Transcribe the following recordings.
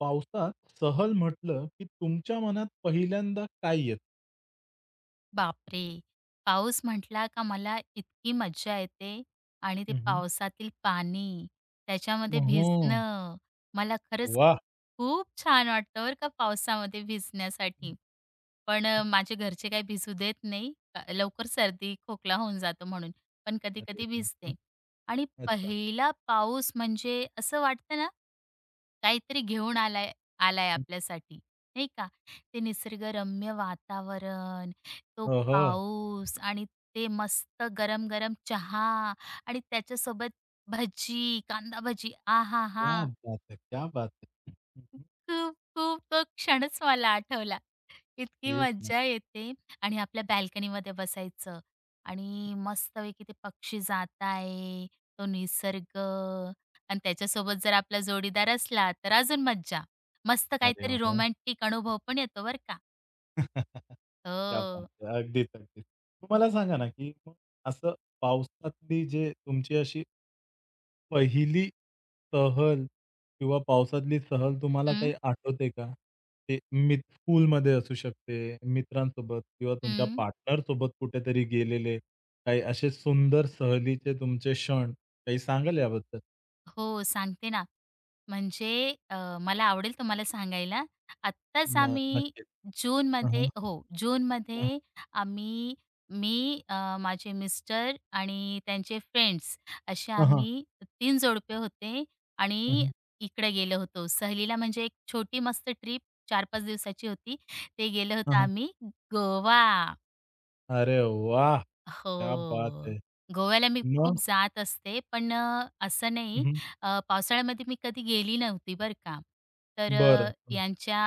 पावसात सहल म्हटलं, की तुमच्या मनात पहिल्यांदा काय येतं? बापरे! पाऊस म्हटला का मला इतकी मज्जा येते आणि ते हं, हं. पावसातील पाणी, त्याच्यामध्ये हो. भिजणं, मला खरंच वाह! खूप छान वाटतं बरं का पावसामध्ये हं, भिजण्यासाठी. पण हं. माझे घरचे काही भिजू देत नाही. लवकर सर्दी, खोकला होऊन जातो म्हणून. पण अरे कधी-कधी रे! हं. भिजते. आणि अच्छा. पहिला पाऊस म्हणजे असं वाटतं ना, काहीतरी घेऊन आलाय आलाय हं. आपल्यासाठी, नाही का? ते निसर्गरम्य वातावरण, तो ओहो! पाऊस आणि ते मस्त गरम-गरम चहा आणि त्याच्यासोबत भजी, कांदा भजी. आहाहा! क्या बात है! क्या बात है! हं, हं. खूप तो क्षणच मला आठवला. इतकी एक मज्जा नंबर. येते आणि आपल्या बाल्कनीमध्ये बसायचं आणि मस्तपैकी ते पक्षी जाताय, तो निसर्ग आणि त्याच्यासोबत जर आपला जोडीदार असला तर अजून मज्जा. मस्त अरे काहीतरी वाह! रोमॅन्टिक अनुभव पण येतो बरं का. क्या बात हो. आहे! अगदीच, अगदीच. मग मला सांगा ना, की मग असं पावसातली जे तुमची अशी पहिली सहल किंवा पावसातली सहल तुम्हाला हं, काही आठवते का? ते स्कूलमध्ये असू शकते, मित्रांसोबत किंवा तुमच्या हं. पार्टनरसोबत कुठेतरी गेलेले काही असे सुंदर सहलीचे तुमचे क्षण काही सांगाल याबद्दल? हो, सांगते ना. म्हणजे मला आवडेल तुम्हाला सांगायला. आत्ताच मग आम्ही नक्कीच. हं, हं. जूनमध्ये हो, जूनमध्ये आम्ही मी, माझे मिस्टर आणि त्यांचे फ्रेंड्स असे हं, हं, हं. आम्ही तीन जोडपे होते आणि इकडे गेलो होतो. सहलीला म्हणजे एक छोटी मस्त ट्रिप 4-5 दिवसाची होती. ते गेलो होतो आम्ही गोवा. अरे वाह! क्या बात हो. है! गोव्याला मी खूप मग? जात असते, पण असं नाही पावसाळ्यामध्ये मी कधी गेली नव्हती बरं का. तर बरं. हं. यांच्या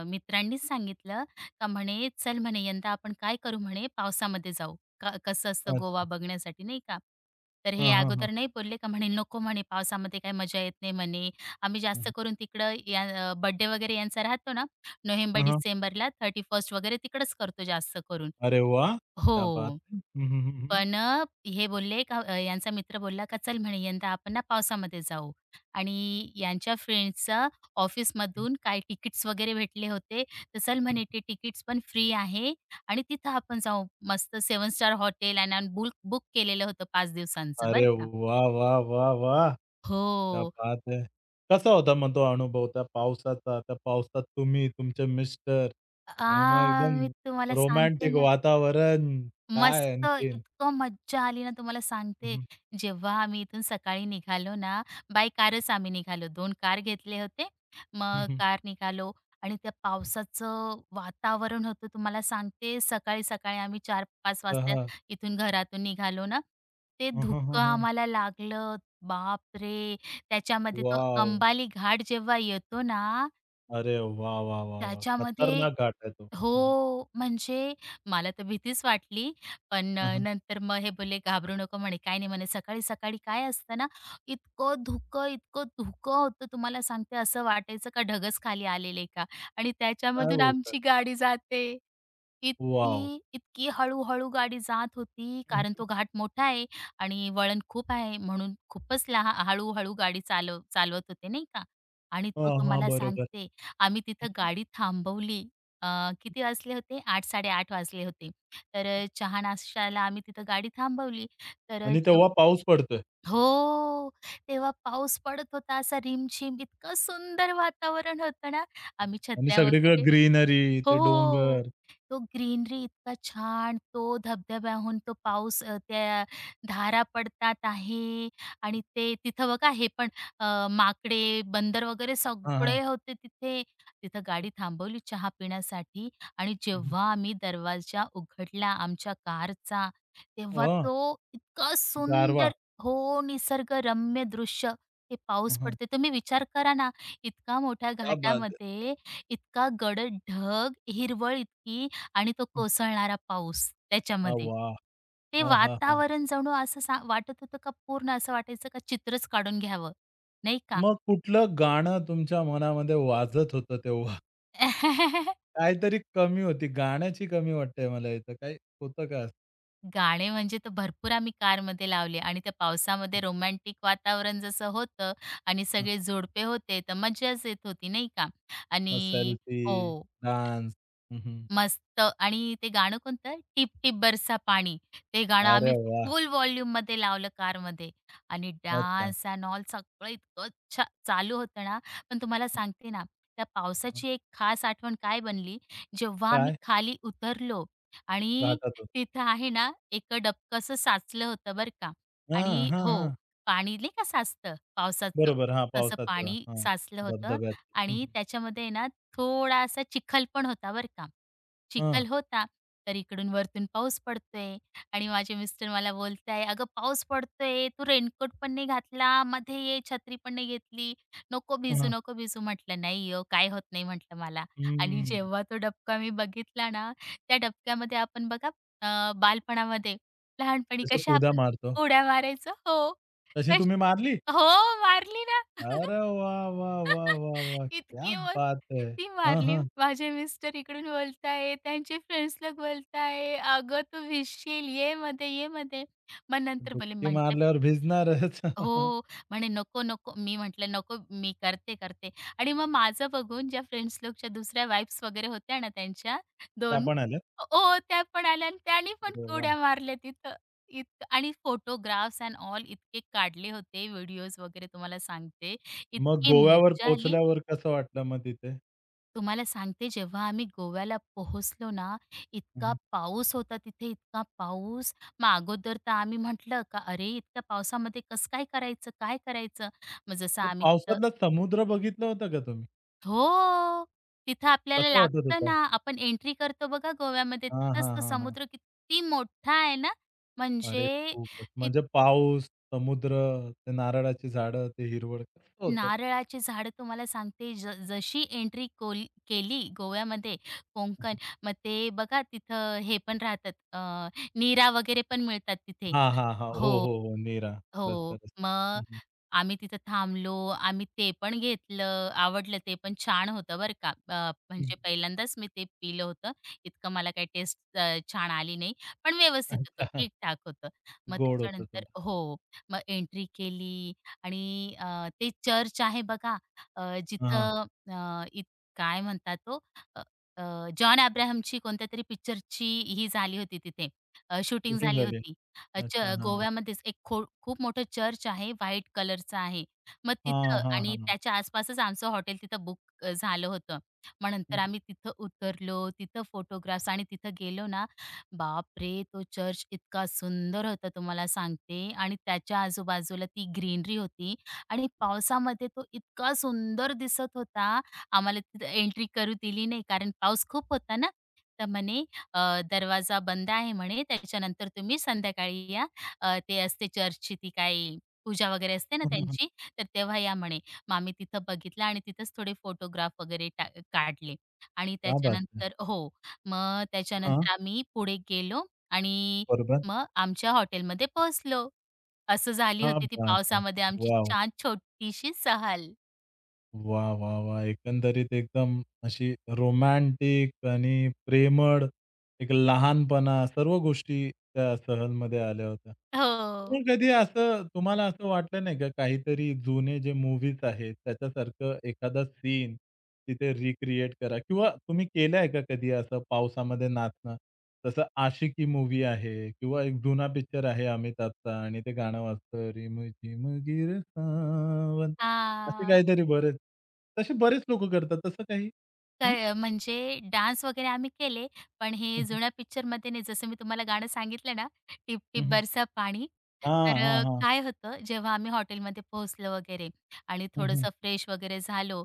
मित्रांनीच सांगितलं का म्हणे, "चल म्हणे यंदा आपण काय करू म्हणे पावसामध्ये जाऊ. कसं असतं गोवा अच्छा. बघण्यासाठी नाही का." तर हे हां, हां, हां. अगोदर नाही बोलले का म्हणे, "नको म्हणे पावसामध्ये काही मजा येत नाही म्हणे. आम्ही हं, जास्त हं. करून तिकडं या बर्थडे वगैरे यांचा राहतो ना हां, हां. नोव्हेंबर-डिसेंबरला 31st वगैरे तिकडंच करतो जास्त करून." अरे वाह! क्या बात हो. है! हं, हं, हं, हं. पण हे बोलले का यांचा मित्र बोलला का चल म्हणे यंदा आपण ना पावसामध्ये जाऊ आणि यांच्या फ्रेंड्सचा हं, ऑफिसमधून काय तिकीट्स वगैरे भेटले होते. तर चल हं. म्हणे ते तिकीट्स पण फ्री आहे आणि तिथं आपण जाऊ. मस्त सेवन स्टार हॉटेल आणि आणि बुक केलेलं होतं 5 दिवसांचं अरे बरं का. वाह, वाह, वाह, वाह! क्या हो. बात है! कसा होता मग तो अनुभव त्या पावसाचा? त्या पावसात तुम्ही, तुमचे मिस्टर आ, आणि मग मी एकदम तुम्हाला सांगते रोमॅन्टिक ना वातावरण. मस्त काय आणखीन? इतकं मज्जा आली ना तुम्हाला हं, सांगते. हं. जेव्हा आम्ही इथून सकाळी निघालो ना, बाय कारच आम्ही निघालो. 2 कार घेतले होते. हं, मग हं. कार निघालो आणि त्या पावसाचं वातावरण होतं तुम्हाला सांगते. सकाळी-सकाळी आम्ही 4-5 हां, वाजता हां. इथून घरातून निघालो ना, ते हं, हं, हं, धुकं हं. आम्हाला लागलं. बापरे! त्याच्यामध्ये तो वॉव! अंबाली घाट जेव्हा येतो ना, अरे वाह, वाह, वाह, वाह! त्याच्यामध्ये खतरनाक घाट आहे तो. हं, हं. हो, म्हणजे मला तर भीतीच वाटली. पण हं, हं. नंतर मग हे बोलले, "घाबरू नको," म्हणे. "काही नाही," म्हणे. "सकाळी-सकाळी काय असतं ना, इतकं धुकं, इतकं धुकं होतं, तुम्हाला सांगते, असं वाटायचं का ढगच खाली आलेले का?" आणि काय त्याच्यामधून बोलतात? आमची गाडी जाते. वॉव! इतकी हळू गाडी जात होती, हं, कारण हं. तो घाट मोठा आहे आणि वळण खूप आहे, म्हणून खूपच लहा हळू गाडी चालवत होते, नाही का? आणि तो हां, हां. तुम्हाला बरोबर सांगते, आम्ही तिथं गाडी थांबवली. किती वाजले होते 8, 8:30 वाजले होते. तर चहा नाश्त्याला आम्ही तिथं गाडी थांबवली. तर अ, आणि जेव तेव्हा पाऊस पडतोय हो. तेव्हा पाऊस पडत होता असा रिमझिम. इतकं सुंदर वातावरण होतं ना. आम्ही आणि छत्र्या सगळीकडे वगैरे ग्रीनरी, हो. ते हो, हो. डोंगर. तो ग्रीनरी इतका छान, तो धबधब्याहून तो पाऊस त्या धारा पडतात आहे आणि ते तिथं बघा हे पण माकडे, बंदर वगैरे हां, हां. सगळे होते तिथे. तिथं गाडी थांबवली चहा पिण्यासाठी आणि हं, हं. जेव्हा आम्ही दरवाजा उघडला आमच्या कारचा, तेव्हा हां, तो इतका गारवा. सुंदर हो, निसर्गरम्य दृश्य. ते हं, पाऊस हं. पडते. तुम्ही विचार करा ना, इतका मोठ्या क्या बात है! घाटामध्ये इतका गडद ढग, हिरवळ इतकी आणि तो हं. कोसळणारा पाऊस आह, त्याच्यामध्ये. वाह! ते हां, हां, हां. वातावरण जणू असं सा वाटत होतं का पूर्ण असं वाटायचं का चित्रच काढून घ्यावं, नाही का? मग कुठलं गाणं तुमच्या मनामध्ये वाजत होतं तेव्हा? काहीतरी कमी होती, गाण्याची कमी वाटते मला इथं. काही होतं का असं? गाणे म्हणजे तर भरपूर आम्ही कारमध्ये लावले आणि त्या पावसामध्ये रोमॅन्टिक वातावरण जसं होतं आणि हं, सगळे जोडपे होते, तर मज्जाच येत होती, नाही का? मग आणि सेल्फी, हो. डान्स. हं, हं. मस्त आणि ते गाणं कोणतं? टिप टिप बरसा पाणी. ते गाणं अरे आम्ही वाह! फुल व्हॉल्यूममध्ये लावलं कारमध्ये आणि अच्छा. डान्स एंड ऑल सगळं इतकं चालू होतं ना, पण तुम्हाला सांगते ना, त्या हं, हं. पावसाची एक खास आठवण काय बनली, जेव्हा आम्ही काय? खाली उतरलो आणि घाटातून. तिथं आहे ना, एक डबकं असं साचलं होतं बरं का हां, आणि हां, हो, हां. पाणी नाही का साचतं पावसाचं, बरोबर. हां, तसं पावसाचं. पाणी हां, साचलं होतं धबधब्यात. हं, आणि हं. त्याच्यामध्ये ना थोडासा चिखल पण होता बरं का. चिखल होता, तर इकडून वरतून पाऊस पडतोय आणि माझे मिस्टर मला बोलताय, "अगं पाऊस पडतोय, तू रेनकोट पण नाही घातला, मध्ये ये, छत्री पण नाही घेतली, नको हां, भिजू, हां. नको भिजू." म्हटलं, "नाही हो, काय होत नाही," म्हटलं मला. आणि हम्म. जेव्हा तो डबका मी बघितला ना, त्या डबक्यामध्ये आपण बघा अ, बालपणामध्ये, लहानपणी त्याचा कशा कुदा आपण मारतो. उड्या मारायचो हो, तशी तश तुम्ही मारली? हो, मारली ना. अरे वाह, वाह, वाह, वाह, वाह! क्या इतकी मस्त बात है! ती हां, मारली. हां. माझे मिस्टर इकडून बोलताय, त्यांचे फ्रेंड्स लोक बोलताय, "अगं, तू भिजशील, ये मध्ये, ये मध्ये." मग नंतर बोलले, डुबकी "म्हटलं मारल्यावर भिजणारच. हो. म्हणे, "नको, नको." मी म्हटलं, "नको, मी करते, करते." आणि मग माझं बघून ज्या फ्रेंड्स लोकच्या दुसऱ्या वाईफ्स वगैरे होत्या ना त्यांच्या त्या दोन पण आल्या. ओ त्या पण आल्या आणि त्यानी पण अरे वाह! उड्या मारल्या तिथं. इतकं आणि फोटोग्राफ्स एंड ऑल इतके काढले होते व्हिडिओज वगैरे तुम्हाला सांगते. मग इतकी गोव्यावर मज्जा आली. पोहोचल्यावर कसं वाटलं मग तिथे? तुम्हाला सांगते जेव्हा आम्ही गोव्याला पोहोचलो ना, हं, इतका हं. पाऊस होता तिथे, इतका पाऊस. मग अगोदर तर आम्ही म्हटलं का "अरे, इतक्या पावसामध्ये कसं काय करायचं? काय करायचं?" मग जसं तर आम्ही तिथं पावसातला समुद्र बघितला होता का तुम्ही? हो, तिथं आपल्याला कसा वाटत लागतं होता? ना, आपण एंट्री करतो बघा गोव्यामध्ये, हां, तिथंच हां, तो हां, हां. समुद्र किती मोठा आहे ना, अरे म्हणजे खूपच. म्हणजे पाऊस, समुद्र, ते नारळाची झाडं, ते हिरवळ. कसं होतं? नारळाचे झाड तुम्हाला सांगते जशी एंट्री कोल केली गोव्यामध्ये कोंकण, मग ते बघा तिथं हे पण राहतात नीरा वगैरे पण मिळतात तिथे. हां, हां, हां. हो, हो. हो, हो. नीरा. रस्ता, हो. रस्ता. मग हं, हं. आम्ही तिथं थांबलो. आम्ही ते पण घेतलं. आवडलं ते पण छान होतं बरं का. हं. म्हणजे पहिल्यांदाच मी ते पिलं होतं. इतकं मला काही टेस्ट छान आली नाही. पण व्यवस्थित होतं. अच्छा. ठीक-ठाक होतं. मग गोड होतं थोडं. त्याच्यानंतर हो. मग एंट्री केली आणि ते चर्च आहे बघा अ, हां. जिथं अ, इत काय म्हणतात तो अ, अ, जॉन अब्राहमची कोणत्यातरी पिक्चरची ही झाली होती तिथे शूटिंग शूटिंग झाली झाली. होती. अ, च अच्छा. हां. गोव्यामध्येच एक खूप मोठं चर्च आहे, व्हाईट कलरचं आहे. मग हां, तिथं हां, आणि हां. त्याच्या आसपासच आमचं हॉटेल तिथं बुक झालं होतं. मग नंतर हं. आम्ही तिथं उतरलो, तिथं फोटोग्राफ्स आणि तिथं गेलो ना, बापरे! तो चर्च इतका सुंदर होता तुम्हाला सांगते आणि त्याच्या आजूबाजूला ती ग्रीनरी होती आणि पावसामध्ये तो इतका सुंदर दिसत होता. आम्हाला तिथं एंट्री करू दिली नाही कारण पाऊस खूप होता ना. तर म्हणे दरवाजा बंद आहे म्हणे, त्याच्यानंतर तुम्ही संध्याकाळी या. ते असते चर्चची ती काय पूजा वगैरे असते ना हं, हं, हं. त्यांची, तर तेव्हा या म्हणे. मग आम्ही तिथं बघितलं आणि तिथंच थोडे फोटोग्राफ वगैरे काढले आणि क्या बात है! त्याच्यानंतर हो, मग हां. त्याच्यानंतर आम्ही पुढे गेलो आणि बरोबर. मग आमच्या हॉटेलमध्ये पोहोचलो. असं झाली क्या होती ती बात है! पावसामध्ये आमची वॉव! छान छोटीशी सहल. वाह, वाह, वाह! एकंदरीत एकदम अशी रोमॅन्टिक आणि प्रेमळ, एक लहानपणा सर्व गोष्टी त्या सहलमध्ये आल्या होत्या. हो. मग कधी असं तुम्हाला असं वाटलं नाही का, काहीतरी जुने जे मूव्हीज आहेत, त्याच्यासारखं एखादा सीन तिथे रिक्रिएट करा किंवा तुम्ही केलंय का कधी असं पावसामध्ये नाचणं? जसं आशिकी मूव्ही आहे किंवा एक जुना पिक्चर आहे अमिताभचा आणि ते गाणं वाजतं रिमझिम गिर सावन. असे हां. काहीतरी बरेच. तसे बरेच लोकं करतात तसं काही? हं, काय म्हणजे डान्स वगैरे आम्ही केले, पण हे हं, जुन्या पिक्चरमध्ये नाही, जसं मी तुम्हाला गाणं सांगितलं ना, टिप हं, टिप हं, बरसा पाणी. हां, तर हां, हां. काय होतं, जेव्हा आम्ही हॉटेलमध्ये पोहोचलो वगैरे आणि हं, हं, थोडंसं फ्रेश वगैरे झालो,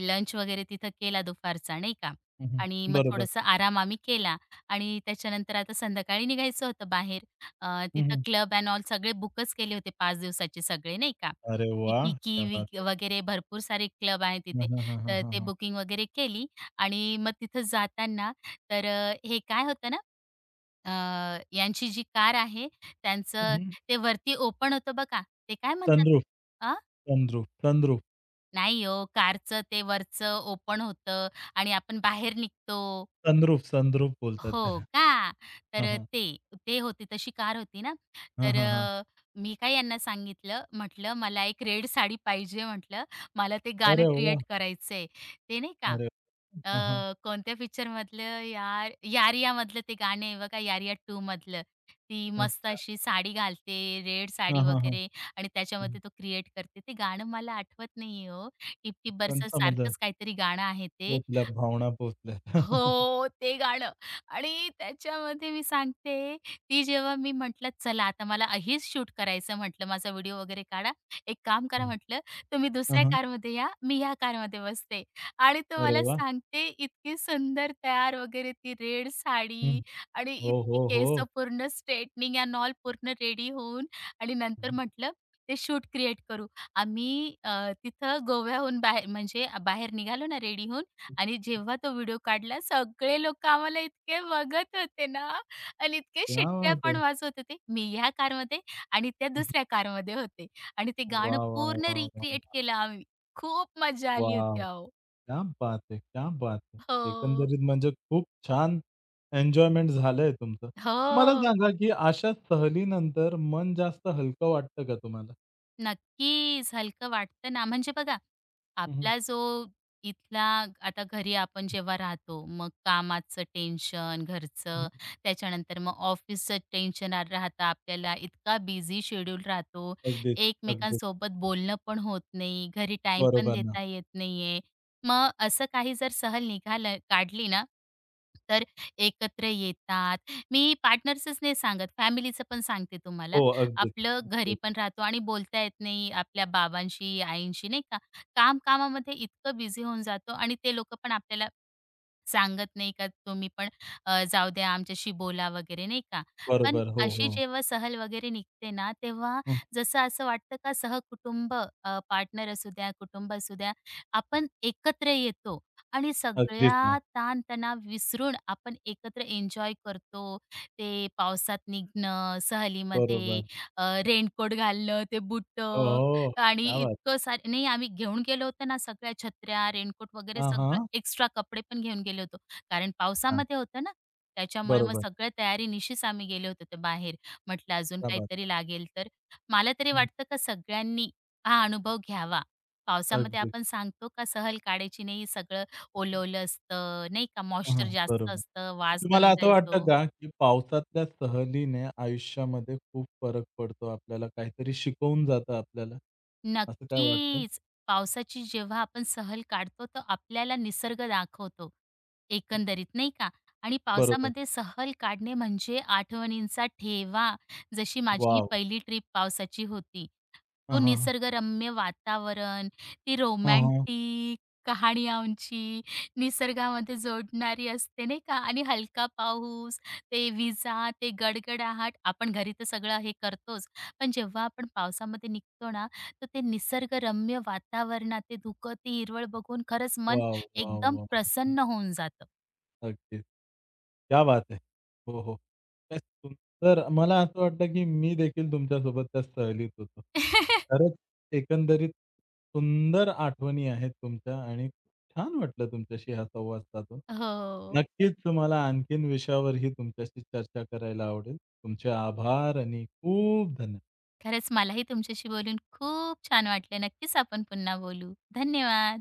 लंच वगैरे तिथं केला दुपारचा, नाही का? हं, हं. आणि मग बरोबर. थोडासा आराम आम्ही केला आणि त्याच्यानंतर आता संध्याकाळी निघायचं होतं बाहेर. हं, तिथं हं. क्लब एंड ऑल सगळे बुकच केले होते 5 दिवसाचे सगळे, नाही का? अरे ते वाह! किकी क्या बात विग है! वगैरे भरपूर सारे क्लब आहेत तिथे. हां, हां, हां, हां, तर हां, ते हां. बुकिंग वगैरे केली आणि मग तिथं जाताना तर हे काय होतं ना, यांची जी कार आहे हं, त्यांचं हं. ते वरती ओपन होतं बघा. ते काय म्हणतात सनरूफ, अ, सनरूफ, सनरूफ, नाही हो कारचं ते वरचं ओपन होतं आणि आपण बाहेर निघतो. सनरूफ बोलतात हो त्याला. का? हां, तर हां. ते, ते होती तशी कार होती ना. हां, तर हां, हां. मी काय यांना सांगितलं, म्हटलं मला एक रेड साडी पाहिजे म्हटलं. मला ते गाणं अरे वाह! क्रिएट करायचंय. ते नाही का अरे वाह! हां, हां. कोणत्या पिक्चरमधलं यारियामधलं ते गाणं आहे बघा, यारिया 2 मधलं. ती मस्त अच्छा. अशी साडी घालते, रेड साडी हां, हां, हां. वगैरे आणि हं. त्याच्यामध्ये तो क्रिएट करते. ते गाणं मला आठवत नाहीये हो. टिप-टिप पण बरसा समजलं. सारखंच काहीतरी गाणं आहे ते. पोहोचल्या, भावना पोहोचल्या. हो, ते गाणं आणि त्याच्यामध्ये मी सांगते, ती जेव्हा मी म्हटलं, "चला आता मला हेच शूट करायचं," म्हटलं, "माझा व्हिडिओ वगैरे काढा. एक काम करा," म्हटलं, "तुम्ही हां, दुसऱ्या हां. कारमध्ये या, मी ह्या कारमध्ये बसते." आणि तो अरे मला वाह! सांगते, इतकी सुंदर तयार वगैरे ती रेड साडी हं. आणि हो, इतकी हो, हो. केसं पूर्ण स्ट्रेटनिंग अँड ऑल पूर्ण रेडी होऊन आणि नंतर म्हटलं, "ते शूट क्रिएट करू." आम्ही तिथं गोव्याहून बाहेर म्हणजे बाहेर निघालो ना रेडी होऊन, आणि जेव्हा तो व्हिडिओ काढला सगळे लोकं आम्हाला इतके बघत होते ना आणि इतके क्या शिट्ट्या बात पण है! वाजवत होते. मी ह्या कारमध्ये आणि त्या दुसऱ्या कारमध्ये होते आणि ते गाणं वाह, वाह, पूर्ण वाह, वाह, रिक्रिएट वाह! केलं आम्ही. खूप मजा आली होती वॉव! अहो. क्या बात है! क्या बात है! हो. एकंदरीत म्हणजे खूप छान एन्जॉयमेंट झालंय तुमचं. मला हो. सांगा, की अशा सहलीनंतर मन जास्त हलकं वाटतं का तुम्हाला? नक्कीच, हलकं वाटतं ना. म्हणजे बघा, हं, हं. आपला जो इथला आता घरी आपण जेव्हा राहतो, मग कामाचं टेन्शन, हं, घरचं, हं. त्याच्यानंतर मग ऑफिसचं टेन्शन राहतं आपल्याला. इतका बिझी शेड्यूल राहतो, अगदीच, अगदीच. एकमेकांसोबत बोलणं पण होत नाही, घरी टाइम पण बरोबर ना. देता येत नाहीये. मग असं काही जर सहल काढली ना, तर एकत्र येतात. मी पार्टनर्सच नाही सांगत, फॅमिलीचं पण सांगते तुम्हाला. हो, अगदीच, आपलं घरी अगदीच. पण राहतो आणि बोलता येत नाही आपल्या बाबांशी, आईंशी नाही का. कामामध्ये इतकं बिझी होऊन जातो आणि ते लोकं पण आपल्याला सांगत नाही का तुम्ही पण जाऊ द्या आमच्याशी बोला वगैरे नाही का. पण बरोबर. हो, अशी हो. जेव्हा सहल वगैरे निघते ना, तेव्हा हं, जसं असं वाटतं का सहकुटुंब पार्टनर असू द्या, कुटुंब असू द्या, आपण एकत्र येतो आणि अगदीच ना. सगळ्या ताणतणाव विसरून आपण एकत्र एन्जॉय करतो. ते पावसात निघणं, सहलीमध्ये बरोबर. रेनकोट घालणं, ते हो, बुटं हो. आणि क्या बात इतकं है! सारे नाही आम्ही घेऊन गेलो होतो ना सगळ्या छत्र्या, रेनकोट वगैरे हां, सगळं हां. एक्स्ट्रा कपडे पण घेऊन गेलो होतो. कारण हां. पावसामध्ये होतं ना, त्याच्यामुळे मग बरोबर. सगळ्या तयारीनिशीच आम्ही गेलो होतो ते बाहेर. म्हटलं अजून क्या बात! काहीतरी लागेल तर. मला तरी हं. वाटतं का सगळ्यांनी हा अनुभव घ्यावा. पावसामध्ये अगदीच. आपण सांगतो का सहल काढायची नाही, सगळं ओलं असतं, नाही का हां, मॉइश्चर हां. जास्त बरोबर. असतं, वास तुम्हाला गंध असं वाटतं येतो. का, की पावसातल्या सहलीने आयुष्यामध्ये खूप फरक पडतो आपल्याला, काहीतरी शिकवून जातं आपल्याला? असं काय वाटतं? नक्कीच. पावसाची जेव्हा आपण सहल काढतो, तर आपल्याला निसर्ग दाखवतो एकंदरीत, नाही का? आणि बरोबर. पावसामध्ये सहल काढणे म्हणजे आठवणींचा ठेवा. जशी माझी ही वॉव! पहिली ट्रिप पावसाची होती. हां, तो हां, हां. निसर्गरम्य वातावरण, ती हां, रोमॅन्टिक कहाणी आमची निसर्गामध्ये जोडणारी असते, नाही का? आणि हलका पाऊस, ते विजा, ते गडगडाट. आपण घरी तर सगळं हे करतोच, पण जेव्हा आपण पावसामध्ये निघतो ना, तर ते निसर्गरम्य वातावरणात ते धुकं, ती हिरवळ बघून खरंच मन वाव वाव एकदम वाव प्रसन्न होऊन जातं. अगदीच. क्या बात है! हो, हो. तेच तुम तर मला असं वाटलं, की मी देखील तुमच्यासोबत त्या सहलीत होतो. खरंच एकंदरीत सुंदर आठवणी आहेत तुमच्या आणि छान वाटलं तुमच्याशी हा संवाद साधून. हो. नक्कीच मला आणखीन विषयावरही तुमच्याशी चर्चा करायला आवडेल. तुमचे आभार आणि खूप धन्यवाद. खरंच मलाही तुमच्याशी बोलून खूप छान वाटलं. नक्कीच आपण पुन्हा बोलू. धन्यवाद.